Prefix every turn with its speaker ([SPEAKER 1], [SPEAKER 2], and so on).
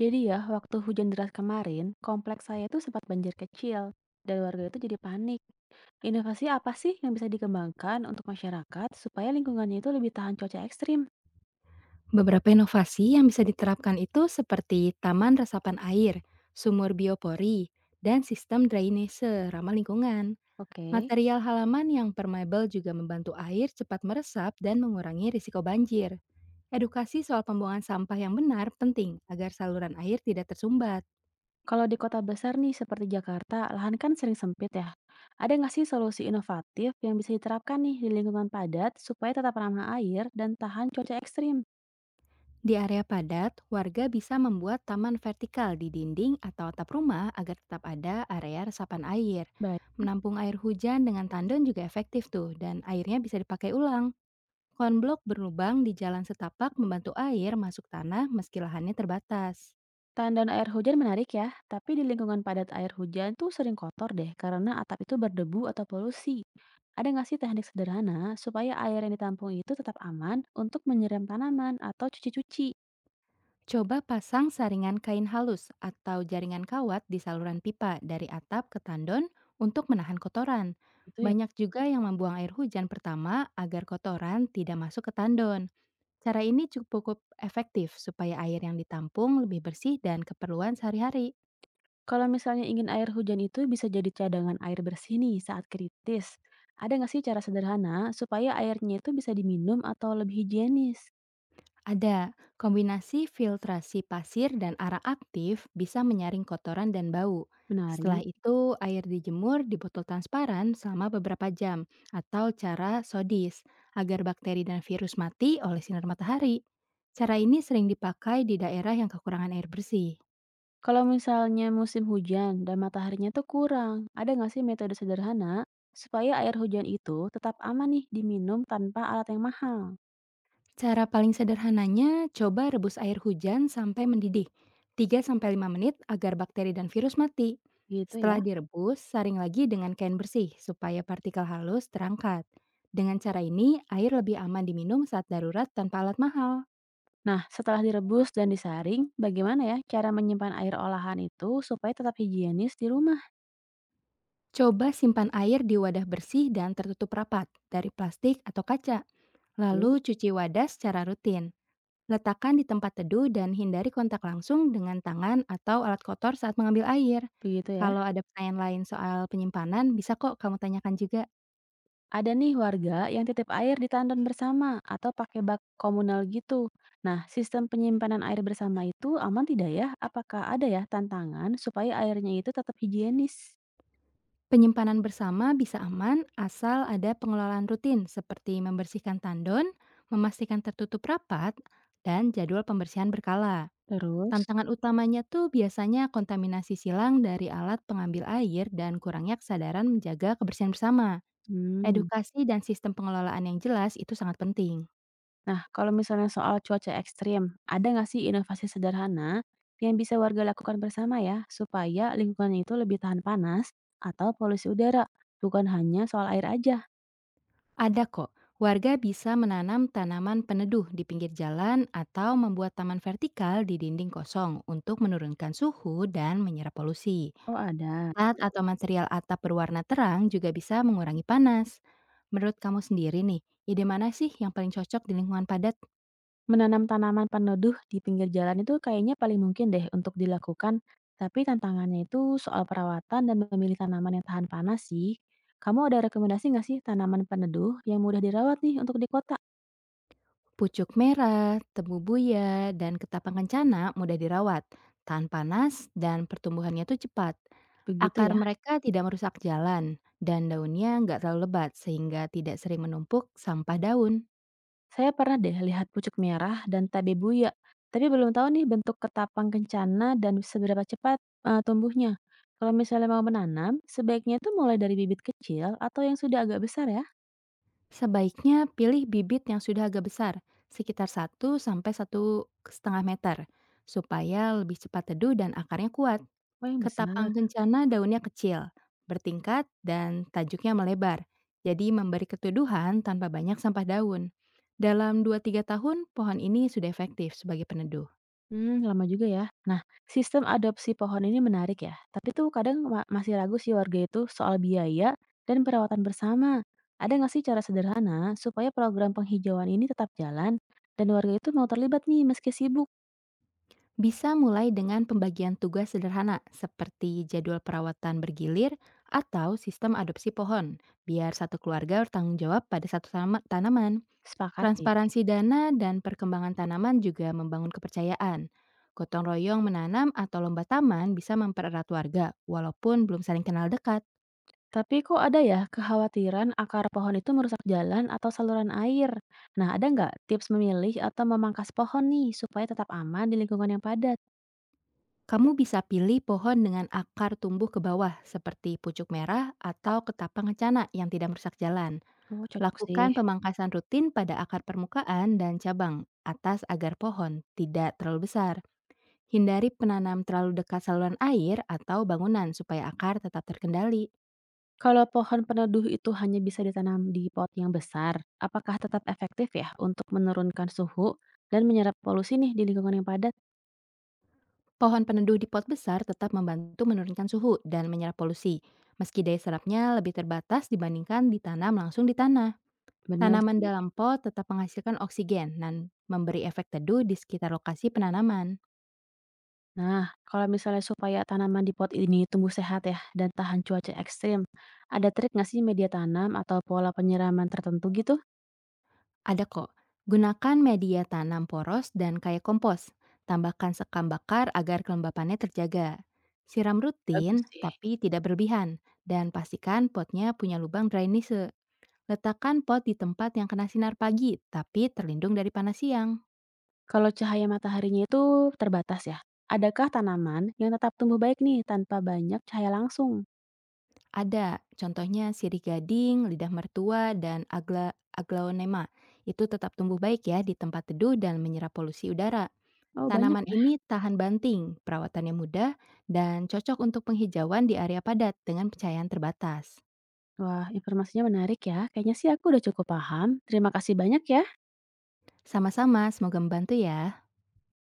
[SPEAKER 1] Jadi ya, waktu hujan deras kemarin, kompleks saya itu sempat banjir kecil, dan warga itu jadi panik. Inovasi apa sih yang bisa dikembangkan untuk masyarakat supaya lingkungannya itu lebih tahan cuaca ekstrim?
[SPEAKER 2] Beberapa inovasi yang bisa diterapkan itu seperti taman resapan air, sumur biopori, dan sistem drainase ramah lingkungan.
[SPEAKER 1] Oke,
[SPEAKER 2] Material halaman yang permeable juga membantu air cepat meresap dan mengurangi risiko banjir. Edukasi soal pembuangan sampah yang benar penting agar saluran air tidak tersumbat.
[SPEAKER 1] kalau di kota besar nih seperti Jakarta, lahan kan sering sempit ya. Ada nggak sih solusi inovatif yang bisa diterapkan nih di lingkungan padat supaya tetap ramah air dan tahan cuaca ekstrim?
[SPEAKER 2] Di area padat, warga bisa membuat taman vertikal di dinding atau atap rumah agar tetap ada area resapan air.
[SPEAKER 1] Baik.
[SPEAKER 2] Menampung air hujan dengan tandon juga efektif tuh, dan airnya bisa dipakai ulang. Konblok berlubang di jalan setapak membantu air masuk tanah meski lahannya terbatas.
[SPEAKER 1] Tandon air hujan menarik ya, tapi di lingkungan padat air hujan tuh sering kotor deh karena atap itu berdebu atau polusi. Ada nggak sih teknik sederhana supaya air yang ditampung itu tetap aman untuk menyiram tanaman atau cuci-cuci?
[SPEAKER 2] Coba pasang saringan kain halus atau jaringan kawat di saluran pipa dari atap ke tandon untuk menahan kotoran.
[SPEAKER 1] Gitu ya.
[SPEAKER 2] Banyak juga yang membuang air hujan pertama agar kotoran tidak masuk ke tandon. Cara ini cukup efektif supaya air yang ditampung lebih bersih dan keperluan sehari-hari.
[SPEAKER 1] Kalau misalnya ingin air hujan itu bisa jadi cadangan air bersih nih saat kritis. Ada nggak sih cara sederhana supaya airnya itu bisa diminum atau lebih higienis?
[SPEAKER 2] Ada kombinasi filtrasi pasir dan arang aktif bisa menyaring kotoran dan bau. Setelah
[SPEAKER 1] Menarik.
[SPEAKER 2] itu, air dijemur di botol transparan selama beberapa jam atau cara sodis agar bakteri dan virus mati oleh sinar matahari. Cara ini sering dipakai di daerah yang kekurangan air bersih.
[SPEAKER 1] Kalau misalnya musim hujan dan mataharinya tuh kurang, ada nggak sih metode sederhana supaya air hujan itu tetap aman nih diminum tanpa alat yang mahal?
[SPEAKER 2] Cara paling sederhananya, coba rebus air hujan sampai mendidih, 3 sampai 5 menit agar bakteri dan virus mati.
[SPEAKER 1] Gitu ya.
[SPEAKER 2] Setelah direbus, saring lagi dengan kain bersih supaya partikel halus terangkat. Dengan cara ini, air lebih aman diminum saat darurat tanpa alat mahal.
[SPEAKER 1] Nah, setelah direbus dan disaring, bagaimana ya cara menyimpan air olahan itu supaya tetap higienis di rumah?
[SPEAKER 2] Coba simpan air di wadah bersih dan tertutup rapat dari plastik atau kaca. Lalu
[SPEAKER 1] Bu?
[SPEAKER 2] cuci wadah secara rutin. Letakkan di tempat teduh dan hindari kontak langsung dengan tangan atau alat kotor saat mengambil air.
[SPEAKER 1] Begitu ya.
[SPEAKER 2] Kalau ada pertanyaan lain soal penyimpanan, bisa kok kamu tanyakan juga.
[SPEAKER 1] Ada nih warga yang titip air di tandon bersama atau pakai bak komunal gitu. Nah, sistem penyimpanan air bersama itu aman tidak ya? Apakah ada ya tantangan supaya airnya itu tetap higienis?
[SPEAKER 2] Penyimpanan bersama bisa aman asal ada pengelolaan rutin seperti membersihkan tandon, memastikan tertutup rapat, dan jadwal pembersihan berkala.
[SPEAKER 1] Terus?
[SPEAKER 2] Tantangan utamanya tuh biasanya kontaminasi silang dari alat pengambil air dan kurangnya kesadaran menjaga kebersihan bersama.
[SPEAKER 1] Hmm.
[SPEAKER 2] Edukasi dan sistem pengelolaan yang jelas itu sangat penting.
[SPEAKER 1] Nah, kalau misalnya soal cuaca ekstrim, ada nggak sih inovasi sederhana yang bisa warga lakukan bersama ya, supaya lingkungan itu lebih tahan panas atau polusi udara, bukan hanya soal air aja?
[SPEAKER 2] Ada kok, warga bisa menanam tanaman peneduh di pinggir jalan atau membuat taman vertikal di dinding kosong untuk menurunkan suhu dan menyerap polusi.
[SPEAKER 1] Oh, ada.
[SPEAKER 2] Plat atau material atap berwarna terang juga bisa mengurangi panas. Menurut kamu sendiri nih, ide mana sih yang paling cocok di lingkungan padat?
[SPEAKER 1] Menanam tanaman peneduh di pinggir jalan itu kayaknya paling mungkin deh untuk dilakukan, tapi tantangannya itu soal perawatan dan memilih tanaman yang tahan panas sih. Kamu ada rekomendasi nggak sih tanaman peneduh yang mudah dirawat nih untuk di kota?
[SPEAKER 2] Pucuk merah, tebu buya, dan ketapang kencana mudah dirawat, tahan panas, dan pertumbuhannya tuh cepat.
[SPEAKER 1] Begitu
[SPEAKER 2] Akar
[SPEAKER 1] ya.
[SPEAKER 2] mereka tidak merusak jalan, dan daunnya nggak terlalu lebat sehingga tidak sering menumpuk sampah daun.
[SPEAKER 1] Saya pernah deh lihat pucuk merah dan tabe buya, tapi belum tahu nih bentuk ketapang kencana dan seberapa cepat tumbuhnya. Kalau misalnya mau menanam, sebaiknya itu mulai dari bibit kecil atau yang sudah agak besar ya.
[SPEAKER 2] Sebaiknya pilih bibit yang sudah agak besar, sekitar 1 sampai 1,5 meter, supaya lebih cepat teduh dan akarnya kuat.
[SPEAKER 1] Oh, yang
[SPEAKER 2] Ketapang
[SPEAKER 1] besar.
[SPEAKER 2] kencana daunnya kecil, bertingkat, dan tajuknya melebar, jadi memberi keteduhan tanpa banyak sampah daun. Dalam 2 3 tahun, pohon ini sudah efektif sebagai peneduh.
[SPEAKER 1] Hmm, lama juga ya. Nah, sistem adopsi pohon ini menarik ya. Tapi tuh kadang masih ragu sih warga itu soal biaya dan perawatan bersama. Ada nggak sih cara sederhana supaya program penghijauan ini tetap jalan dan warga itu mau terlibat nih meski sibuk?
[SPEAKER 2] Bisa mulai dengan pembagian tugas sederhana seperti jadwal perawatan bergilir atau sistem adopsi pohon, biar satu keluarga bertanggung jawab pada satu tanaman.
[SPEAKER 1] Sepakat sih.
[SPEAKER 2] Transparansi dana dan perkembangan tanaman juga membangun kepercayaan. Gotong royong menanam atau lomba taman bisa mempererat warga, walaupun belum saling kenal dekat.
[SPEAKER 1] Tapi kok ada ya kekhawatiran akar pohon itu merusak jalan atau saluran air? Nah, ada nggak tips memilih atau memangkas pohon nih supaya tetap aman di lingkungan yang padat?
[SPEAKER 2] Kamu bisa pilih pohon dengan akar tumbuh ke bawah, seperti pucuk merah atau ketapang kencana yang tidak merusak jalan.
[SPEAKER 1] Oh, cocok sih.
[SPEAKER 2] Lakukan pemangkasan rutin pada akar permukaan dan cabang atas agar pohon tidak terlalu besar. Hindari penanam terlalu dekat saluran air atau bangunan supaya akar tetap terkendali.
[SPEAKER 1] Kalau pohon peneduh itu hanya bisa ditanam di pot yang besar, apakah tetap efektif ya untuk menurunkan suhu dan menyerap polusi nih di lingkungan yang padat?
[SPEAKER 2] Pohon peneduh di pot besar tetap membantu menurunkan suhu dan menyerap polusi, meski daya serapnya lebih terbatas dibandingkan ditanam langsung di tanah.
[SPEAKER 1] Bener
[SPEAKER 2] Tanaman
[SPEAKER 1] sih.
[SPEAKER 2] dalam pot tetap menghasilkan oksigen dan memberi efek teduh di sekitar lokasi penanaman.
[SPEAKER 1] Nah, kalau misalnya supaya tanaman di pot ini tumbuh sehat ya dan tahan cuaca ekstrim, ada trik nggak sih media tanam atau pola penyiraman tertentu gitu?
[SPEAKER 2] Ada kok. Gunakan media tanam poros dan kayak kompos. Tambahkan sekam bakar agar kelembapannya terjaga. Siram
[SPEAKER 1] Bagus
[SPEAKER 2] rutin
[SPEAKER 1] sih.
[SPEAKER 2] tapi tidak berlebihan dan pastikan potnya punya lubang drainase. Letakkan pot di tempat yang kena sinar pagi tapi terlindung dari panas siang.
[SPEAKER 1] Kalau cahaya mataharinya itu terbatas ya, adakah tanaman yang tetap tumbuh baik nih tanpa banyak cahaya langsung?
[SPEAKER 2] Ada, contohnya sirih gading, lidah mertua, dan aglaonema. Itu tetap tumbuh baik ya di tempat teduh dan menyerap polusi udara.
[SPEAKER 1] Oh banyak
[SPEAKER 2] Tanaman
[SPEAKER 1] ya?
[SPEAKER 2] ini tahan banting, perawatannya mudah, dan cocok untuk penghijauan di area padat dengan pencahayaan terbatas.
[SPEAKER 1] Wah informasinya menarik ya, kayaknya sih aku udah cukup paham. Terima kasih banyak ya.
[SPEAKER 2] Sama-sama, semoga membantu ya.